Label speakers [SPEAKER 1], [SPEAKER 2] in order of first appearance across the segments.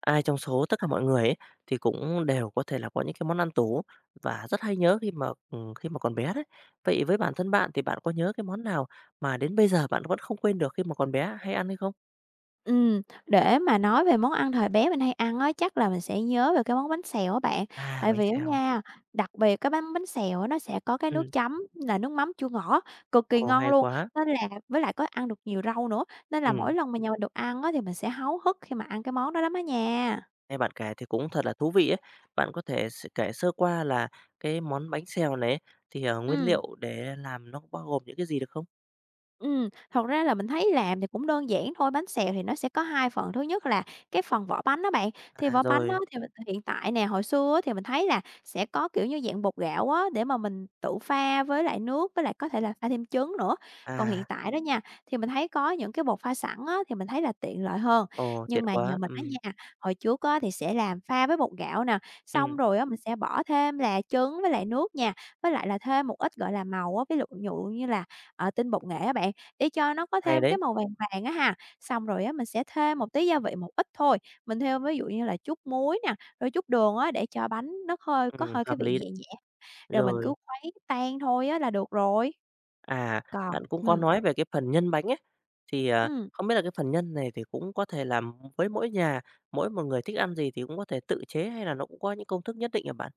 [SPEAKER 1] Ai trong số tất cả mọi người ấy, thì cũng đều có thể là có những cái món ăn tủ và rất hay nhớ khi mà còn bé đấy. Vậy với bản thân bạn thì bạn có nhớ cái món nào mà đến bây giờ bạn vẫn không quên được khi mà còn bé hay ăn hay không?
[SPEAKER 2] Để mà nói về món ăn thời bé mình hay ăn á, chắc là mình sẽ nhớ về cái món bánh xèo á bạn.
[SPEAKER 1] À,
[SPEAKER 2] Tại
[SPEAKER 1] bánh
[SPEAKER 2] vì á
[SPEAKER 1] xèo.
[SPEAKER 2] nha, đặc biệt cái bánh bánh xèo á, nó sẽ có cái
[SPEAKER 1] Ừ.
[SPEAKER 2] nước chấm là nước mắm chua ngọt, cực kỳ
[SPEAKER 1] Ồ,
[SPEAKER 2] ngon
[SPEAKER 1] hay
[SPEAKER 2] luôn,
[SPEAKER 1] quá.
[SPEAKER 2] nên là với lại có ăn được nhiều rau nữa, nên là
[SPEAKER 1] Ừ.
[SPEAKER 2] mỗi lần mà nhà mình được ăn á, thì mình sẽ háo hức khi mà ăn cái món đó lắm á nha.
[SPEAKER 1] Nghe bạn kể thì cũng thật là thú vị ấy. Bạn có thể kể sơ qua là cái món bánh xèo này ấy, thì, nguyên
[SPEAKER 2] Ừm.
[SPEAKER 1] liệu để làm nó bao gồm những cái gì được không?
[SPEAKER 2] Thật ra là mình thấy làm thì cũng đơn giản thôi, bánh xèo thì nó sẽ có 2 phần, thứ nhất là cái phần vỏ bánh đó bạn, thì
[SPEAKER 1] À,
[SPEAKER 2] vỏ bánh đó
[SPEAKER 1] rồi.
[SPEAKER 2] thì mình hiện tại nè, hồi xưa á thì mình thấy là sẽ có, kiểu như, dạng bột gạo á, để mà mình tự pha với lại nước, với lại có thể là pha thêm trứng nữa. Còn hiện
[SPEAKER 1] À,
[SPEAKER 2] tại đó nha, thì mình thấy có những cái bột pha sẵn á, thì mình thấy là tiện lợi hơn.
[SPEAKER 1] ồ, tiện
[SPEAKER 2] Nhưng mà nhà
[SPEAKER 1] quá.
[SPEAKER 2] mình
[SPEAKER 1] Ừ.
[SPEAKER 2] á nha, hồi trước á thì sẽ làm pha với bột gạo nè,
[SPEAKER 1] Ừ.
[SPEAKER 2] xong rồi á mình sẽ bỏ thêm là trứng với lại nước nha, với lại là thêm một ít, gọi là, màu á, ví dụ dụ như là, tinh bột nghệ á bạn. Để cho nó có
[SPEAKER 1] Hay
[SPEAKER 2] thêm
[SPEAKER 1] đấy.
[SPEAKER 2] cái màu vàng vàng á ha. Xong rồi á, mình sẽ thêm một tí gia vị một ít thôi, mình thêm ví dụ như là chút muối nè, rồi chút đường á, để cho bánh nó hơi có hơi cái
[SPEAKER 1] Hợp
[SPEAKER 2] vị
[SPEAKER 1] lý đấy.
[SPEAKER 2] nhẹ nhẹ, rồi mình
[SPEAKER 1] Rồi.
[SPEAKER 2] cứ khuấy tan thôi á là được rồi.
[SPEAKER 1] À,
[SPEAKER 2] Còn
[SPEAKER 1] bạn cũng có nói về cái phần nhân bánh ấy, thì,
[SPEAKER 2] ừm.
[SPEAKER 1] không biết là cái phần nhân này thì cũng có thể làm với mỗi nhà, mỗi một người thích ăn gì thì cũng có thể tự chế hay là nó cũng có những công thức nhất định hả bạn?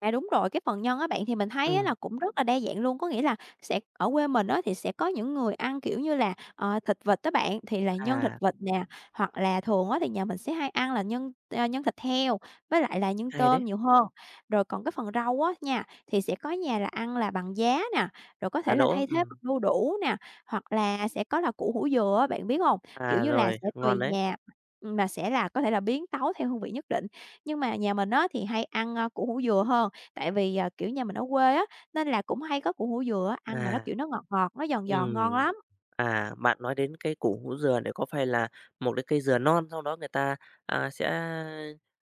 [SPEAKER 2] À, đúng rồi, cái phần nhân á bạn, thì mình thấy á
[SPEAKER 1] Ừ.
[SPEAKER 2] là cũng rất là đa dạng luôn. Có nghĩa là sẽ ở quê mình á thì sẽ có những người ăn, kiểu như là, thịt vịt á bạn, thì là nhân thịt
[SPEAKER 1] À,
[SPEAKER 2] vịt nè, hoặc là thường á thì nhà mình sẽ hay ăn là nhân, nhân thịt heo với lại là nhân
[SPEAKER 1] hay đấy.
[SPEAKER 2] tôm nhiều hơn. Rồi còn cái phần rau á nha, thì sẽ có nhà là ăn là bằng giá nè, rồi có
[SPEAKER 1] Giá
[SPEAKER 2] thể là
[SPEAKER 1] đỗ,
[SPEAKER 2] thay thế
[SPEAKER 1] ừm.
[SPEAKER 2] bằng đu đủ nè, hoặc là sẽ có là củ hủ dừa á, bạn biết không? Kiểu
[SPEAKER 1] À,
[SPEAKER 2] như là,
[SPEAKER 1] rồi,
[SPEAKER 2] sẽ tùy
[SPEAKER 1] ngon đấy.
[SPEAKER 2] nhà, mà sẽ là có thể là biến tấu theo hương vị nhất định. Nhưng mà nhà mình á thì hay ăn, củ hủ dừa hơn. Tại vì, à, kiểu, nhà mình ở quê á, nên là cũng hay có củ hủ dừa á, ăn mà nó,
[SPEAKER 1] À,
[SPEAKER 2] kiểu, nó ngọt ngọt, nó giòn giòn ngon
[SPEAKER 1] ừm.
[SPEAKER 2] lắm.
[SPEAKER 1] À, bạn nói đến cái củ hũ dừa để có phải là một cái cây dừa non sau đó người ta, sẽ,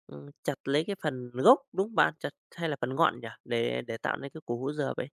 [SPEAKER 1] chặt lấy cái phần gốc, đúng không bạn? Chặt hay là phần ngọn nhỉ? Để tạo nên cái củ hũ dừa vậy?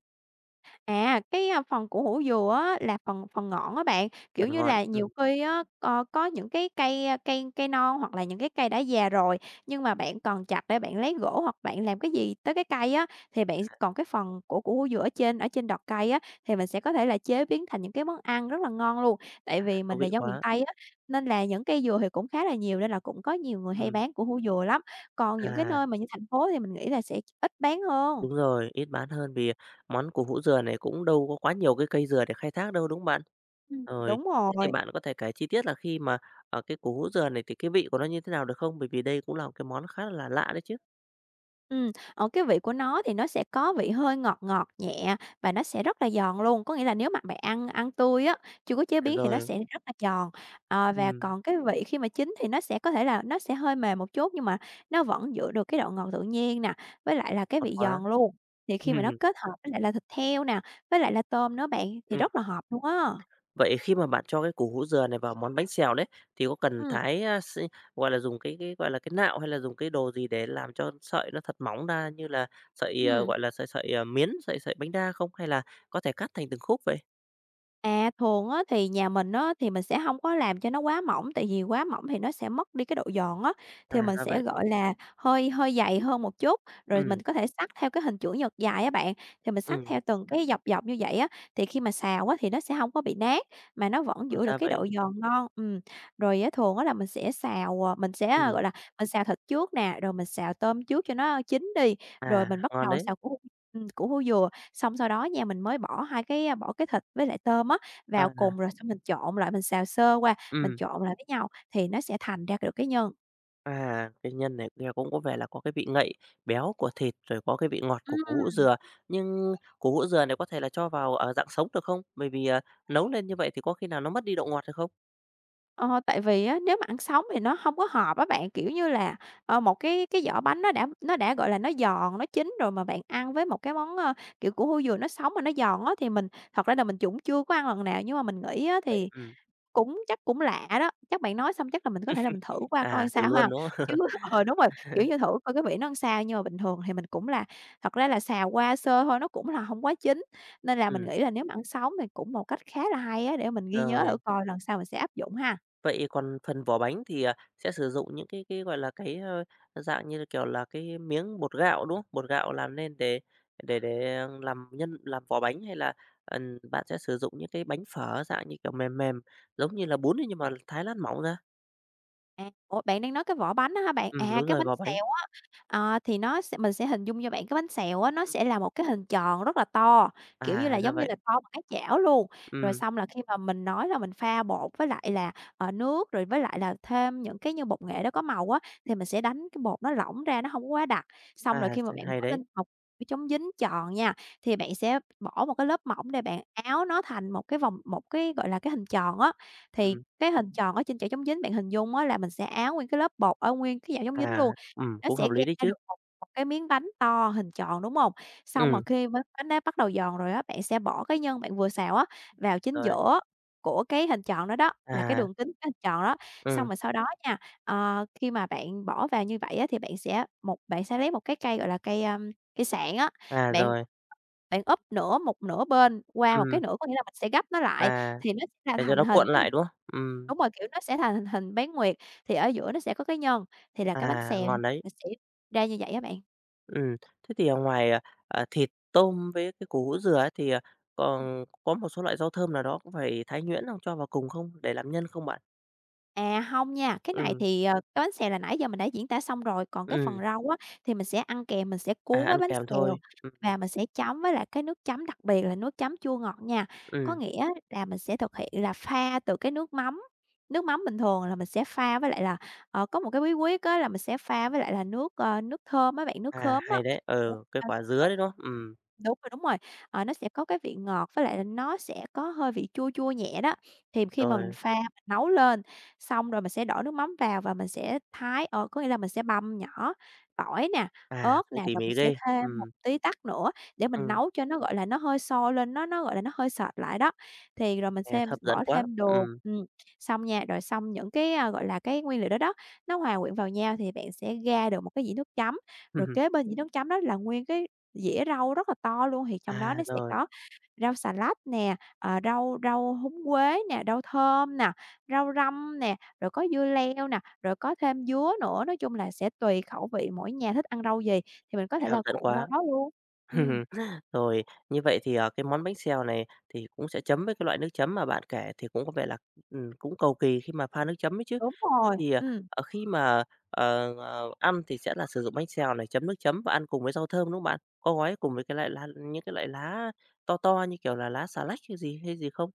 [SPEAKER 2] À, cái, phần của hủ dừa á là phần phần ngọn á bạn, kiểu
[SPEAKER 1] Phần
[SPEAKER 2] như
[SPEAKER 1] ngọn,
[SPEAKER 2] là,
[SPEAKER 1] ừ.
[SPEAKER 2] nhiều khi á, có những cái cây, cây non hoặc là những cái cây đã già rồi, nhưng mà bạn còn chặt để bạn lấy gỗ hoặc bạn làm cái gì tới cái cây á, thì bạn còn cái phần của củ hủ dừa ở trên đọt cây á, thì mình sẽ có thể là chế biến thành những cái món ăn rất là ngon luôn. Tại vì
[SPEAKER 1] Thú
[SPEAKER 2] mình là
[SPEAKER 1] vị
[SPEAKER 2] dân miền
[SPEAKER 1] quá.
[SPEAKER 2] Tây á, nên là những cây dừa thì cũng khá là nhiều nên là cũng có nhiều người hay
[SPEAKER 1] Ừ.
[SPEAKER 2] bán củ hủ dừa lắm. Còn những cái
[SPEAKER 1] À,
[SPEAKER 2] nơi mà như thành phố thì mình nghĩ là sẽ ít bán hơn.
[SPEAKER 1] đúng rồi, ít bán hơn vì món củ hũ dừa này cũng đâu có quá nhiều cái cây dừa để khai thác đâu, đúng không bạn? Rồi,
[SPEAKER 2] Đúng
[SPEAKER 1] thế thì
[SPEAKER 2] rồi.
[SPEAKER 1] bạn có thể kể chi tiết là khi mà, cái củ hũ dừa này thì cái vị của nó như thế nào được không? Bởi vì đây cũng là một cái món khá là lạ đấy chứ.
[SPEAKER 2] Ờ, cái vị của nó thì nó sẽ có vị hơi ngọt ngọt nhẹ và nó sẽ rất là giòn luôn, có nghĩa là nếu mà bạn ăn ăn tươi á, chưa có chế
[SPEAKER 1] À,
[SPEAKER 2] biến thì nó
[SPEAKER 1] rồi.
[SPEAKER 2] sẽ rất là giòn. Và
[SPEAKER 1] Ừm,
[SPEAKER 2] còn cái vị khi mà chín thì nó sẽ có thể là nó sẽ hơi mềm một chút nhưng mà nó vẫn giữ được cái độ ngọt tự nhiên nè, với lại là cái
[SPEAKER 1] ngon
[SPEAKER 2] vị
[SPEAKER 1] quá.
[SPEAKER 2] giòn luôn. Thì khi mà nó kết hợp với lại là thịt heo nè, với lại là tôm nữa bạn thì
[SPEAKER 1] Ừm.
[SPEAKER 2] rất là hợp luôn á.
[SPEAKER 1] Vậy khi mà bạn cho cái củ hũ dừa này vào món bánh xèo đấy, thì có cần
[SPEAKER 2] ừ
[SPEAKER 1] thái, a, s gọi là, dùng cái, gọi là, cái nạo hay là dùng cái đồ gì để làm cho sợi nó thật mỏng ra như là sợi,
[SPEAKER 2] ừ
[SPEAKER 1] gọi là, sợi sợi, miến, sợi sợi bánh đa không? Hay là có thể cắt thành từng khúc vậy?
[SPEAKER 2] À, thường á thì nhà mình á thì mình sẽ hông có làm cho nó quá mỏng, tại vì quá mỏng thì nó sẽ mất đi cái độ giòn á, thì
[SPEAKER 1] À,
[SPEAKER 2] mình
[SPEAKER 1] ra
[SPEAKER 2] sẽ,
[SPEAKER 1] vậy.
[SPEAKER 2] gọi là, hơi hơi dày hơn một chút, rồi
[SPEAKER 1] Ừm.
[SPEAKER 2] mình có thể xắt theo cái hình chữ nhật dài á bạn, thì mình xắt
[SPEAKER 1] Ừm,
[SPEAKER 2] theo từng cái dọc dọc như vậy á, thì khi mà xào á thì nó sẽ hông có bị nát, mà nó vẫn
[SPEAKER 1] ờ,
[SPEAKER 2] giữ được
[SPEAKER 1] ra
[SPEAKER 2] cái
[SPEAKER 1] vậy.
[SPEAKER 2] độ giòn ngon. Rồi á thường á là mình sẽ xào, mình sẽ,
[SPEAKER 1] Ừm,
[SPEAKER 2] gọi là, mình xào thịt trước nè, rồi mình xào tôm trước cho nó chín đi, rồi
[SPEAKER 1] à,
[SPEAKER 2] mình bắt
[SPEAKER 1] ngon
[SPEAKER 2] đầu
[SPEAKER 1] đấy.
[SPEAKER 2] xào củ củ hủ dừa. Xong sau đó nha, mình mới bỏ hai cái, bỏ cái thịt với lại tôm á vào
[SPEAKER 1] À,
[SPEAKER 2] cùng, rồi xong mình trộn lại, mình xào sơ qua, mình
[SPEAKER 1] ừm.
[SPEAKER 2] trộn lại với nhau thì nó sẽ thành ra được cái nhân.
[SPEAKER 1] À, cái nhân này nghe cũng có vẻ là có cái vị ngậy béo của thịt, rồi có cái vị ngọt của củ hũ
[SPEAKER 2] Ừm.
[SPEAKER 1] dừa. Nhưng củ hũ dừa này có thể là cho vào, dạng sống được không? Bởi vì, nấu lên như vậy thì có khi nào nó mất đi độ ngọt hay không?
[SPEAKER 2] Ờ, Tại vì á, nếu mà ăn sống thì nó không có hợp á bạn, kiểu như là, một cái vỏ bánh nó đã, gọi là, nó giòn, nó chín rồi mà bạn ăn với một cái món, kiểu, củ hủ dừa nó sống mà nó giòn á, thì mình thật ra là mình cũng chưa có ăn lần nào, nhưng mà mình nghĩ á
[SPEAKER 1] Vậy
[SPEAKER 2] thì
[SPEAKER 1] ừm.
[SPEAKER 2] cũng chắc cũng lạ đó, chắc bạn nói xong chắc là mình có thể là mình thử qua
[SPEAKER 1] À,
[SPEAKER 2] coi
[SPEAKER 1] thử
[SPEAKER 2] sao ha?
[SPEAKER 1] luôn, đúng không?
[SPEAKER 2] Chứ đúng rồi, kiểu như, thử coi cái vị nó sao, nhưng mà bình thường thì mình cũng là thật ra là xào qua sơ thôi, nó cũng là hông quá chín, nên là mình
[SPEAKER 1] Ừm,
[SPEAKER 2] nghĩ là nếu mà ăn sống thì cũng một cách khá là hay á, để mình ghi nhớ
[SPEAKER 1] rồi.
[SPEAKER 2] thử coi lần sau mình sẽ áp dụng ha.
[SPEAKER 1] Vậy còn phần vỏ bánh thì, sẽ sử dụng những cái, gọi là, cái, dạng như là, kiểu là, cái miếng bột gạo, đúng không? Bột gạo làm nên để để làm nhân làm vỏ bánh hay là, bạn sẽ sử dụng những cái bánh phở dạng như kiểu mềm mềm, giống như là bún ấy nhưng mà thái lát mỏng ra?
[SPEAKER 2] À, ủa, bạn đang nói cái vỏ bánh á hả bạn? À,
[SPEAKER 1] Đúng
[SPEAKER 2] cái
[SPEAKER 1] rồi,
[SPEAKER 2] bánh
[SPEAKER 1] vỏ bánh.
[SPEAKER 2] xèo á, thì nó sẽ mình sẽ hình dung cho bạn cái bánh xèo á, nó
[SPEAKER 1] Ừm,
[SPEAKER 2] sẽ là một cái hình tròn rất là to, kiểu như là,
[SPEAKER 1] à, ra
[SPEAKER 2] giống như
[SPEAKER 1] vậy.
[SPEAKER 2] là, to bằng cái chảo luôn. Rồi
[SPEAKER 1] Ừm,
[SPEAKER 2] xong là khi mà mình nói là mình pha bột với lại là, nước, rồi với lại là thêm những cái như bột nghệ đó có màu á, thì mình sẽ đánh cái bột nó lỏng ra, nó không có quá đặc. Xong rồi
[SPEAKER 1] à,
[SPEAKER 2] khi mà bạn
[SPEAKER 1] hay
[SPEAKER 2] bỏ
[SPEAKER 1] đấy.
[SPEAKER 2] lên một cái chống dính tròn nha, thì bạn sẽ bỏ một cái lớp mỏng để bạn áo nó thành một cái vòng một cái, gọi là, cái hình tròn á. Thì
[SPEAKER 1] Ừm,
[SPEAKER 2] cái hình tròn ở trên chảo chống dính bạn hình dung á là mình sẽ áo nguyên cái lớp bột ở nguyên cái chảo chống dính luôn,
[SPEAKER 1] à,
[SPEAKER 2] nó
[SPEAKER 1] cũng hợp
[SPEAKER 2] sẽ
[SPEAKER 1] lý đấy
[SPEAKER 2] ra
[SPEAKER 1] chứ.
[SPEAKER 2] được một một cái miếng bánh to hình tròn, đúng hông? Xong
[SPEAKER 1] Ừ.
[SPEAKER 2] mà khi miếng bánh đó bắt đầu giòn rồi á, bạn sẽ bỏ cái nhân bạn vừa xào á vào chính
[SPEAKER 1] Rồi,
[SPEAKER 2] giữa của cái hình tròn đó đó, là cái
[SPEAKER 1] à,
[SPEAKER 2] đường kính cái hình tròn đó.
[SPEAKER 1] ừ.
[SPEAKER 2] Xong rồi sau đó nha, khi mà bạn bỏ vào như vậy á thì bạn sẽ lấy một cái cây, gọi là, cây sạn á,
[SPEAKER 1] À,
[SPEAKER 2] bạn
[SPEAKER 1] rồi,
[SPEAKER 2] bạn úp một nửa bên qua một
[SPEAKER 1] ừm,
[SPEAKER 2] cái nửa, có nghĩa là mình sẽ gấp nó lại
[SPEAKER 1] à,
[SPEAKER 2] thì nó sẽ là
[SPEAKER 1] để cho
[SPEAKER 2] thành
[SPEAKER 1] nó cuộn
[SPEAKER 2] hình cái
[SPEAKER 1] lại,
[SPEAKER 2] bịch,
[SPEAKER 1] đúng không?
[SPEAKER 2] đúng rồi, kiểu, nó sẽ thành hình hình bán nguyệt, thì ở giữa nó sẽ có cái nhân, thì là cái bánh
[SPEAKER 1] À,
[SPEAKER 2] xèo,
[SPEAKER 1] ngon đấy.
[SPEAKER 2] mình sẽ ra như vậy á bạn.
[SPEAKER 1] Ừm, thế thì, ở ngoài, à, thịt, tôm với cái củ hũ dừa ấy thì, còn có một số loại rau thơm nào đó cũng phải thái nhuyễn không cho vào cùng không? Để làm nhân không bạn?
[SPEAKER 2] À, không nha, cái này
[SPEAKER 1] Ừm.
[SPEAKER 2] thì, cái bánh xèo là nãy giờ mình đã diễn tả xong rồi, còn cái
[SPEAKER 1] Ừm,
[SPEAKER 2] phần rau á thì mình sẽ ăn kèm, mình sẽ
[SPEAKER 1] à,
[SPEAKER 2] cuốn với
[SPEAKER 1] ăn
[SPEAKER 2] bánh
[SPEAKER 1] kèm
[SPEAKER 2] xèo
[SPEAKER 1] thôi. Ừm.
[SPEAKER 2] và mình sẽ chấm với lại cái nước chấm, đặc biệt là nước chấm chua ngọt nha. Có
[SPEAKER 1] Ừm,
[SPEAKER 2] nghĩa là mình sẽ thực hiện là pha từ cái nước mắm bình thường là mình sẽ pha với lại là, có một cái bí quyết á là mình sẽ pha với lại là nước, nước thơm á bạn, nước
[SPEAKER 1] à,
[SPEAKER 2] khóm á.
[SPEAKER 1] hay đấy,
[SPEAKER 2] Để
[SPEAKER 1] ừ, cái
[SPEAKER 2] pha
[SPEAKER 1] quả dứa đấy, đúng
[SPEAKER 2] trộn.
[SPEAKER 1] không?
[SPEAKER 2] Đúng rồi, nó sẽ có cái vị ngọt với lại là nó sẽ có hơi vị chua chua nhẹ đó, thì khi mà mình
[SPEAKER 1] Rồi,
[SPEAKER 2] pha mình nấu lên xong rồi mình sẽ đổ nước mắm vào và mình sẽ thái, có nghĩa là mình sẽ băm nhỏ tỏi nè,
[SPEAKER 1] à,
[SPEAKER 2] ớt
[SPEAKER 1] cũng
[SPEAKER 2] nè,
[SPEAKER 1] tỉ
[SPEAKER 2] rồi mình
[SPEAKER 1] mỉ
[SPEAKER 2] sẽ
[SPEAKER 1] ghê.
[SPEAKER 2] thêm một
[SPEAKER 1] Ừm.
[SPEAKER 2] tí tắc nữa để mình
[SPEAKER 1] Ừm,
[SPEAKER 2] nấu cho nó, gọi là, nó hơi sôi lên, nó, gọi là, nó hơi sệt lại đó. Thì rồi mình
[SPEAKER 1] nghe
[SPEAKER 2] xem
[SPEAKER 1] hấp dẫn
[SPEAKER 2] bỏ
[SPEAKER 1] quá.
[SPEAKER 2] thêm đường, xong nha, rồi xong những cái, gọi là, cái nguyên liệu đó đó, nó hòa quyện vào nhau thì bạn sẽ ra được một cái dĩa nước chấm, rồi kế bên dĩa nước chấm đó là nguyên cái dĩa rau rất là to luôn, thì trong đó
[SPEAKER 1] À,
[SPEAKER 2] nó sẽ
[SPEAKER 1] rồi,
[SPEAKER 2] có rau xà lách nè, rau rau húng quế nè, rau thơm nè, rau răm nè, rồi có dưa leo nè, rồi có thêm dứa nữa, nói chung là sẽ tùy khẩu vị mỗi nhà thích ăn rau gì thì mình có
[SPEAKER 1] nghe
[SPEAKER 2] thể
[SPEAKER 1] hấp
[SPEAKER 2] là
[SPEAKER 1] dẫn
[SPEAKER 2] cuộn rau
[SPEAKER 1] quá.
[SPEAKER 2] đó luôn. Ừm,
[SPEAKER 1] Rồi, như vậy thì, cái món bánh xèo này thì cũng sẽ chấm với cái loại nước chấm mà bạn kể thì cũng có vẻ là, cũng cầu kỳ khi mà pha nước chấm ấy chứ.
[SPEAKER 2] đúng
[SPEAKER 1] Thế
[SPEAKER 2] rồi,
[SPEAKER 1] thì,
[SPEAKER 2] ừm.
[SPEAKER 1] khi mà, ăn thì sẽ là sử dụng bánh xèo này, chấm nước chấm và ăn cùng với rau thơm, đúng không bạn? Có gói cùng với cái loại lá to to như kiểu là lá xà lách hay gì không?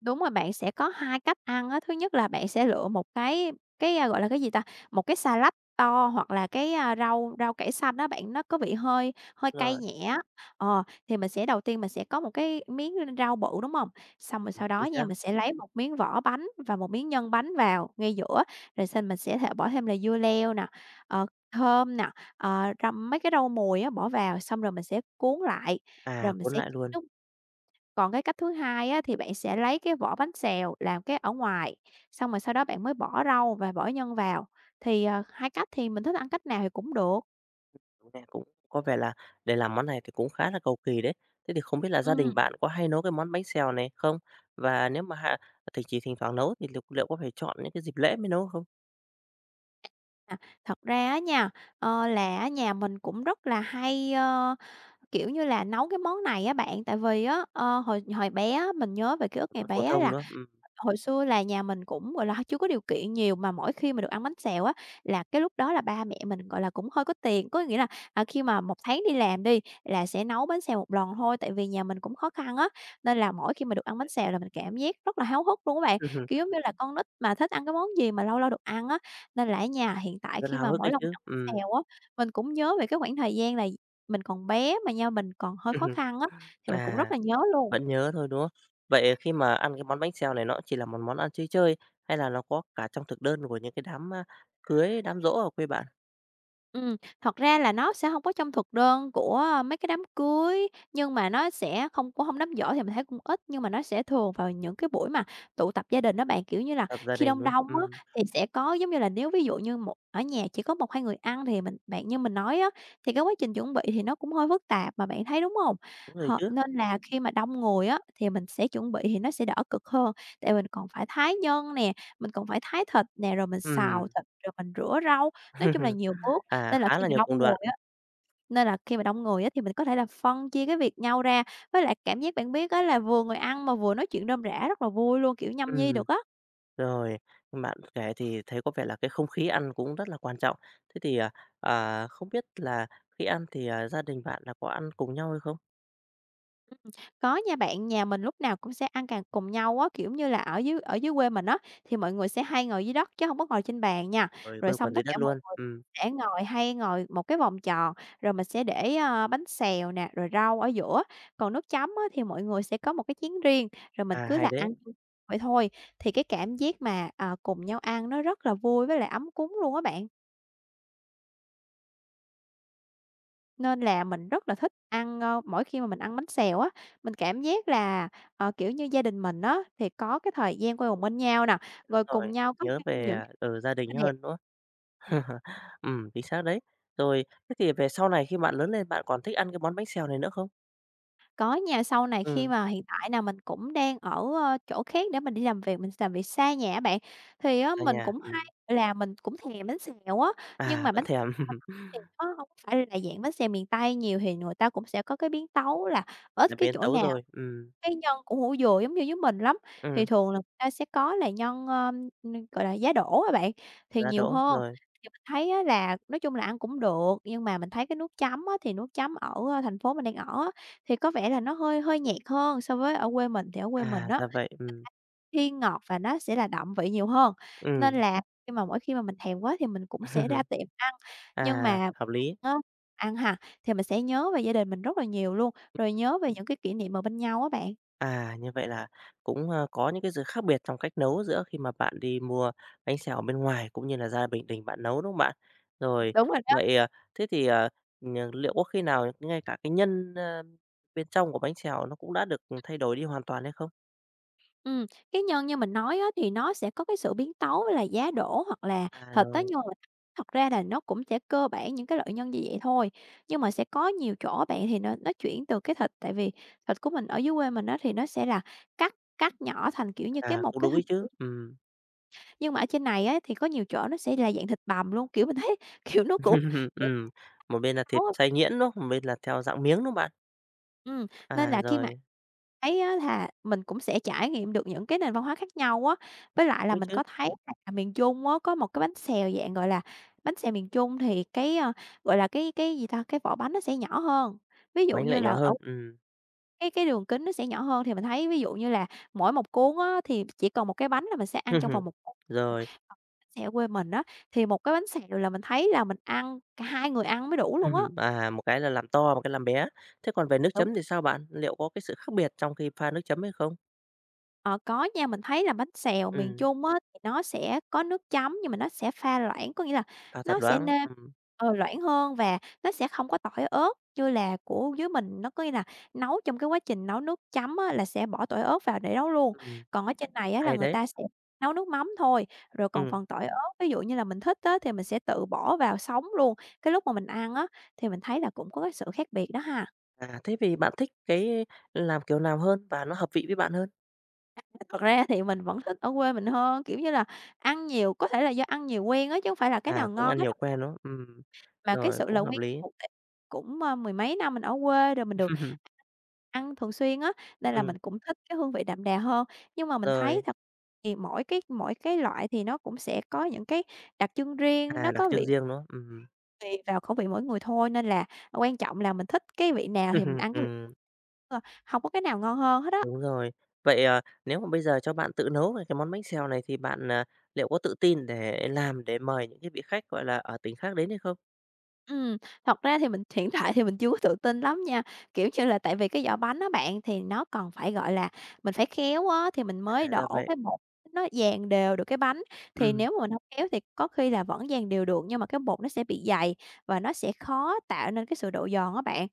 [SPEAKER 2] Đúng rồi, bạn sẽ có 2 cách ăn á. Thứ nhất là bạn sẽ lựa một cái, gọi là, cái gì ta? Một cái salad to hoặc là cái, rau rau cải xanh đó bạn, nó có vị hơi hơi cay
[SPEAKER 1] Rồi,
[SPEAKER 2] nhẹ á. Thì mình sẽ đầu tiên mình sẽ có một cái miếng rau bự, đúng không? Xong rồi sau
[SPEAKER 1] thì
[SPEAKER 2] đó nha,
[SPEAKER 1] sao?
[SPEAKER 2] mình sẽ lấy một miếng vỏ bánh và một miếng nhân bánh vào ngay giữa, rồi xong mình sẽ thể bỏ thêm là dưa leo nè, ờ, thơm nè, rau mấy cái rau mùi á bỏ vào, xong rồi mình sẽ cuốn lại, rồi
[SPEAKER 1] À,
[SPEAKER 2] mình
[SPEAKER 1] cuốn
[SPEAKER 2] sẽ
[SPEAKER 1] lại luôn.
[SPEAKER 2] chấm nước. Còn cái cách thứ hai á, thì bạn sẽ lấy cái vỏ bánh xèo làm cái ở ngoài, xong rồi sau đó bạn mới bỏ rau và bỏ nhân vào. Thì, hai cách thì mình thích ăn cách nào thì cũng được.
[SPEAKER 1] Đúng nè, cũng có vẻ là để làm món này thì cũng khá là cầu kỳ đấy. Thế thì không biết là gia đình
[SPEAKER 2] Ừm,
[SPEAKER 1] bạn có hay nấu cái món bánh xèo này không? Và nếu mà ha thì chỉ thỉnh thoảng nấu thì liệu liệu có phải chọn những cái dịp lễ mới nấu không?
[SPEAKER 2] à, thật ra á nha, là á nhà mình cũng rất là hay, kiểu như là, nấu cái món này á bạn. Tại vì á, hồi hồi bé á, mình nhớ về ký ức ngày
[SPEAKER 1] Món phổ
[SPEAKER 2] bé
[SPEAKER 1] thông
[SPEAKER 2] là
[SPEAKER 1] nữa.
[SPEAKER 2] hồi xưa là nhà mình cũng, gọi là, chưa có điều kiện nhiều, mà mỗi khi mà được ăn bánh xèo á, là cái lúc đó là ba mẹ mình, gọi là, cũng hơi có tiền. Có nghĩa là, à, khi mà một tháng đi làm đi, là sẽ nấu bánh xèo một lần thôi, tại vì nhà mình cũng khó khăn á, nên là mỗi khi mà được ăn bánh xèo là mình cảm giác rất là háo hức luôn á bạn. Kiểu, giống như là con nít mà thích ăn cái món gì mà lâu lâu được ăn á, nên là ở nhà hiện tại
[SPEAKER 1] Rất là
[SPEAKER 2] khi
[SPEAKER 1] háo
[SPEAKER 2] mà
[SPEAKER 1] hức
[SPEAKER 2] mỗi
[SPEAKER 1] đấy
[SPEAKER 2] lần mình
[SPEAKER 1] chứ,
[SPEAKER 2] ăn bánh
[SPEAKER 1] ừm.
[SPEAKER 2] xèo á, mình cũng nhớ về cái khoảng thời gian là mình còn bé mà nhà mình còn hơi khó khăn á, thì mình cũng rất
[SPEAKER 1] À,
[SPEAKER 2] là nhớ luôn.
[SPEAKER 1] vẫn nhớ thôi, đúng không? Vậy khi mà ăn cái món bánh xèo này nó chỉ là một món ăn chơi chơi hay là nó có cả trong thực đơn của những cái đám, cưới, đám giỗ ở quê bạn,
[SPEAKER 2] Ừm, thật ra là nó sẽ không có trong thực đơn của, mấy cái đám cưới, nhưng mà nó sẽ không có không đám giỗ thì mình thấy cũng ít, nhưng mà nó sẽ thường vào những cái buổi mà tụ tập gia đình đó bạn. Kiểu như là,
[SPEAKER 1] tập gia
[SPEAKER 2] khi
[SPEAKER 1] đình,
[SPEAKER 2] đông
[SPEAKER 1] đúng không?
[SPEAKER 2] đông á, thì sẽ có giống như là nếu ví dụ như một ở nhà chỉ có một hai người ăn thì mình bạn như mình nói á, thì cái quá trình chuẩn bị thì nó cũng hơi phức tạp mà bạn thấy, đúng không?
[SPEAKER 1] Đúng rồi chứ,
[SPEAKER 2] Nên là khi mà đông người á, thì mình sẽ chuẩn bị thì nó sẽ đỡ cực hơn, tại mình còn phải thái nhân nè, mình còn phải thái thịt nè, rồi mình xào
[SPEAKER 1] ừm.
[SPEAKER 2] thịt, rồi mình rửa rau, nói chung là nhiều bước.
[SPEAKER 1] À,
[SPEAKER 2] Nên là
[SPEAKER 1] khá
[SPEAKER 2] khi
[SPEAKER 1] là
[SPEAKER 2] mà
[SPEAKER 1] nhiều
[SPEAKER 2] đông
[SPEAKER 1] công đoạn,
[SPEAKER 2] người á Nên là khi mà đông người á thì mình có thể là phân chia cái việc nhau ra, với lại cảm giác bạn biết á là vừa ngồi ăn mà vừa nói chuyện rôm rả rất là vui luôn, kiểu, nhâm nhi
[SPEAKER 1] ừm.
[SPEAKER 2] được á.
[SPEAKER 1] Rồi, bạn kể thì thấy có vẻ là cái không khí ăn cũng rất là quan trọng. Thế thì, không biết là khi ăn thì, gia đình bạn là có ăn cùng nhau hay không?
[SPEAKER 2] Ừm, có nha bạn, nhà mình lúc nào cũng sẽ ăn càng cùng nhau á, kiểu như là, ở dưới quê mình á, thì mọi người sẽ hay ngồi dưới đất chứ không có ngồi trên bàn nha.
[SPEAKER 1] Rồi
[SPEAKER 2] Rồi
[SPEAKER 1] quây quần
[SPEAKER 2] xong
[SPEAKER 1] dưới
[SPEAKER 2] tất
[SPEAKER 1] đất
[SPEAKER 2] cả mọi
[SPEAKER 1] luôn.
[SPEAKER 2] người sẽ ngồi hay ngồi một cái vòng tròn, rồi mình sẽ để, bánh xèo nè, rồi rau ở giữa. Còn nước chấm á, thì mọi người sẽ có một cái chén riêng, rồi mình
[SPEAKER 1] À,
[SPEAKER 2] cứ
[SPEAKER 1] hay
[SPEAKER 2] là
[SPEAKER 1] đấy,
[SPEAKER 2] ăn vậy thôi. Thì cái cảm giác mà, à, cùng nhau ăn nó rất là vui với lại ấm cúng luôn á bạn. Nên là mình rất là thích ăn, mỗi khi mà mình ăn bánh xèo á, mình cảm giác là, kiểu như, gia đình mình á thì có cái thời gian quây quần bên nhau nè,
[SPEAKER 1] đúng
[SPEAKER 2] rồi cùng
[SPEAKER 1] rồi,
[SPEAKER 2] nhau có
[SPEAKER 1] nhớ về,
[SPEAKER 2] Những
[SPEAKER 1] à, ừ, gia đình
[SPEAKER 2] đẹp.
[SPEAKER 1] hơn, nữa không? Chính xác đấy. Rồi, thế thì về sau này khi bạn lớn lên bạn còn thích ăn cái món bánh xèo này nữa không?
[SPEAKER 2] Có nhà sau này khi
[SPEAKER 1] Ừm,
[SPEAKER 2] mà hiện tại là mình cũng đang ở, chỗ khác để mình đi làm việc, mình làm việc xa nhà á bạn, thì
[SPEAKER 1] được
[SPEAKER 2] á
[SPEAKER 1] ra
[SPEAKER 2] mình
[SPEAKER 1] nhà,
[SPEAKER 2] cũng hay là mình cũng thèm bánh xèo á, nhưng
[SPEAKER 1] à,
[SPEAKER 2] mà
[SPEAKER 1] vẫn
[SPEAKER 2] bánh xèo
[SPEAKER 1] thèm,
[SPEAKER 2] mình thì nó không phải là dạng bánh xèo miền Tây nhiều, thì người ta cũng sẽ có cái biến tấu là
[SPEAKER 1] là
[SPEAKER 2] ít cái
[SPEAKER 1] biến
[SPEAKER 2] chỗ
[SPEAKER 1] tấu
[SPEAKER 2] nào
[SPEAKER 1] rồi, ừm.
[SPEAKER 2] cái nhân của hủ dừa giống như với mình lắm, thì
[SPEAKER 1] Ừm,
[SPEAKER 2] thường là người ta sẽ có là nhân, gọi là, giá đỗ á bạn, thì
[SPEAKER 1] ra
[SPEAKER 2] nhiều
[SPEAKER 1] đỗ,
[SPEAKER 2] hơn.
[SPEAKER 1] rồi,
[SPEAKER 2] Thì mình thấy á là nói chung là ăn cũng được, nhưng mà mình thấy cái nước chấm á, thì nước chấm ở, thành phố mình đang ở á thì có vẻ là nó hơi hơi nhạt hơn so với ở quê mình, thì ở quê mình
[SPEAKER 1] à,
[SPEAKER 2] á,
[SPEAKER 1] ra
[SPEAKER 2] người
[SPEAKER 1] vậy, ừm.
[SPEAKER 2] ta thiên ngọt và nó sẽ là đậm vị nhiều hơn, nên
[SPEAKER 1] Ừm,
[SPEAKER 2] là khi mà mỗi khi mà mình thèm quá thì mình cũng sẽ ra tiệm ăn. Nhưng
[SPEAKER 1] à,
[SPEAKER 2] mà
[SPEAKER 1] hợp lý.
[SPEAKER 2] á, ăn ha, thì mình sẽ nhớ về gia đình mình rất là nhiều luôn, rồi nhớ về những cái kỷ niệm ở bên nhau á bạn.
[SPEAKER 1] À, như vậy là cũng, có những cái sự khác biệt trong cách nấu giữa khi mà bạn đi mua bánh xèo ở bên ngoài cũng như là ra Bình Đình bạn nấu, đúng không bạn? Rồi,
[SPEAKER 2] Đúng rồi đó.
[SPEAKER 1] vậy, ờ, thế thì, nh liệu có khi nào ngay cả cái nhân, bên trong của bánh xèo nó cũng đã được thay đổi đi hoàn toàn hay không?
[SPEAKER 2] Ừm, cái nhân như mình nói á, thì nó sẽ có cái sự biến tấu là giá đỗ hoặc là
[SPEAKER 1] À,
[SPEAKER 2] thịt á,
[SPEAKER 1] rồi,
[SPEAKER 2] nhưng mà thật ra là nó cũng sẽ cơ bản những cái loại nhân như vậy thôi. Nhưng mà sẽ có nhiều chỗ bạn thì nó chuyển từ cái thịt, tại vì thịt của mình ở dưới quê mình đó thì nó sẽ là cắt cắt nhỏ thành, kiểu như, cái
[SPEAKER 1] à,
[SPEAKER 2] một
[SPEAKER 1] cũng
[SPEAKER 2] cái
[SPEAKER 1] đúng ý
[SPEAKER 2] hình
[SPEAKER 1] chứ,
[SPEAKER 2] chữ.
[SPEAKER 1] ừm.
[SPEAKER 2] Nhưng mà ở trên này á, thì có nhiều chỗ nó sẽ là dạng thịt bằm luôn, kiểu, mình thấy, kiểu, nó cũng
[SPEAKER 1] Ừm, một bên là thịt xay nhuyễn, đúng không? Một bên là theo dạng miếng, đúng không bạn?
[SPEAKER 2] Ừm, nên
[SPEAKER 1] À,
[SPEAKER 2] là khi mà
[SPEAKER 1] rồi,
[SPEAKER 2] thấy á là mình cũng sẽ trải nghiệm được những cái nền văn hóa khác nhau á. Với lại
[SPEAKER 1] đúng
[SPEAKER 2] là
[SPEAKER 1] ấy
[SPEAKER 2] mình
[SPEAKER 1] chứ,
[SPEAKER 2] có thấy là miền Trung á, có một cái bánh xèo dạng, gọi là, bánh xèo miền Trung thì cái, gọi là, cái gì ta, cái vỏ bánh nó sẽ nhỏ hơn. Ví dụ
[SPEAKER 1] bánh lại
[SPEAKER 2] như
[SPEAKER 1] nhỏ
[SPEAKER 2] là ở
[SPEAKER 1] hơn.
[SPEAKER 2] cái đường kính nó sẽ nhỏ hơn thì mình thấy ví dụ như là mỗi một cuốn á, thì chỉ cần một cái bánh là mình sẽ ăn trong vòng một cuốn. Còn
[SPEAKER 1] Rồi.
[SPEAKER 2] bánh xèo quê mình á, thì một cái bánh xèo là mình thấy là mình ăn cả hai người ăn mới đủ luôn á.
[SPEAKER 1] À, một cái là làm to, một cái làm bé. Thế còn về nước
[SPEAKER 2] Đúng.
[SPEAKER 1] chấm thì sao bạn? Liệu có cái sự khác biệt trong khi pha nước chấm hay không?
[SPEAKER 2] Ờ, có nha, mình thấy là bánh xèo miền
[SPEAKER 1] Ừm,
[SPEAKER 2] Trung á, thì nó sẽ có nước chấm nhưng mà nó sẽ pha loãng, có nghĩa là
[SPEAKER 1] pha thật
[SPEAKER 2] nó sẽ
[SPEAKER 1] loãng,
[SPEAKER 2] nêm
[SPEAKER 1] ừm.
[SPEAKER 2] loãng hơn và nó sẽ không có tỏi ớt như là của dưới mình. Nó có nghĩa là nấu trong cái quá trình nấu nước chấm á, là sẽ bỏ tỏi ớt vào để nấu luôn.
[SPEAKER 1] Ừm,
[SPEAKER 2] Còn ở trên này á, là
[SPEAKER 1] hay
[SPEAKER 2] người
[SPEAKER 1] đấy.
[SPEAKER 2] ta sẽ nấu nước mắm thôi, rồi còn
[SPEAKER 1] Ừm,
[SPEAKER 2] phần tỏi ớt, ví dụ như là mình thích á, thì mình sẽ tự bỏ vào sống luôn. Cái lúc mà mình ăn á, thì mình thấy là cũng có cái sự khác biệt đó ha.
[SPEAKER 1] à, thế thì bạn thích cái làm kiểu nào hơn và nó hợp vị với bạn hơn?
[SPEAKER 2] Thật ra thì mình vẫn thích ở quê mình hơn, kiểu như là, ăn nhiều có thể là do ăn nhiều quen á, chứ hông phải là cái
[SPEAKER 1] À,
[SPEAKER 2] nào
[SPEAKER 1] cũng
[SPEAKER 2] ngon
[SPEAKER 1] ăn
[SPEAKER 2] cái
[SPEAKER 1] nhiều
[SPEAKER 2] nào dở,
[SPEAKER 1] quen, đúng không?
[SPEAKER 2] mà cái
[SPEAKER 1] Rồi,
[SPEAKER 2] sự
[SPEAKER 1] cũng
[SPEAKER 2] là
[SPEAKER 1] hợp
[SPEAKER 2] quen
[SPEAKER 1] lý.
[SPEAKER 2] thuộc tại cũng, mười mấy năm mình ở quê rồi mình được ăn thường xuyên á, nên là
[SPEAKER 1] Ừm,
[SPEAKER 2] mình cũng thích cái hương vị đậm đà hơn. Nhưng mà mình
[SPEAKER 1] rồi,
[SPEAKER 2] thấy thật thì mỗi cái loại thì nó cũng sẽ có những cái đặc trưng riêng,
[SPEAKER 1] à,
[SPEAKER 2] nó
[SPEAKER 1] đặc
[SPEAKER 2] có
[SPEAKER 1] trưng
[SPEAKER 2] vị
[SPEAKER 1] riêng, đúng không?
[SPEAKER 2] tùy vào khẩu vị mỗi người thôi, nên là quan trọng là mình thích cái vị nào thì mình ăn cái vị đó thôi, hông có cái nào ngon hơn hết á.
[SPEAKER 1] Đúng rồi. Vậy, nếu mà bây giờ cho bạn tự nấu về cái món bánh xèo này thì bạn, liệu có tự tin để làm để mời những cái vị khách, gọi là, ở tỉnh khác đến hay không?
[SPEAKER 2] Ừm, thật ra thì mình hiện tại thì mình chưa có tự tin lắm nha, kiểu như là, tại vì cái giỏ bánh đó bạn, thì nó còn phải, gọi là, mình phải khéo á, thì mình mới
[SPEAKER 1] À, ra
[SPEAKER 2] đổ
[SPEAKER 1] vậy.
[SPEAKER 2] cái bột nó dàn đều được cái bánh. Thì
[SPEAKER 1] Ừm,
[SPEAKER 2] nếu mà mình hông khéo thì có khi là vẫn dàn đều được, nhưng mà cái bột nó sẽ bị dày và nó sẽ khó tạo nên cái sự độ giòn á bạn.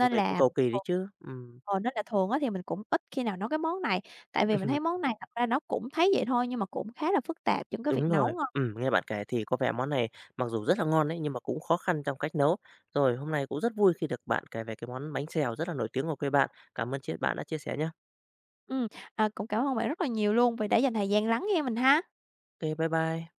[SPEAKER 1] như vậy cũng
[SPEAKER 2] là
[SPEAKER 1] cầu kỳ đấy
[SPEAKER 2] thường
[SPEAKER 1] chứ. Ừm.
[SPEAKER 2] Nên là thường á thì mình cũng ít khi nào nấu cái món này, tại vì mình thấy món này thật ra nó cũng thấy vậy thôi nhưng mà cũng khá là phức tạp trong cái
[SPEAKER 1] Đúng
[SPEAKER 2] việc
[SPEAKER 1] rồi.
[SPEAKER 2] nấu ha.
[SPEAKER 1] Nghe bạn kể thì có vẻ món này mặc dù rất là ngon đấy, nhưng mà cũng khó khăn trong cách nấu. Rồi, hôm nay cũng rất vui khi được bạn kể về cái món bánh xèo rất là nổi tiếng của quê bạn. Cảm ơn bạn đã chia sẻ nhá.
[SPEAKER 2] Ừm, à, cũng cảm ơn bạn rất là nhiều luôn vì đã dành thời gian lắng nghe mình ha.
[SPEAKER 1] OK bye bye.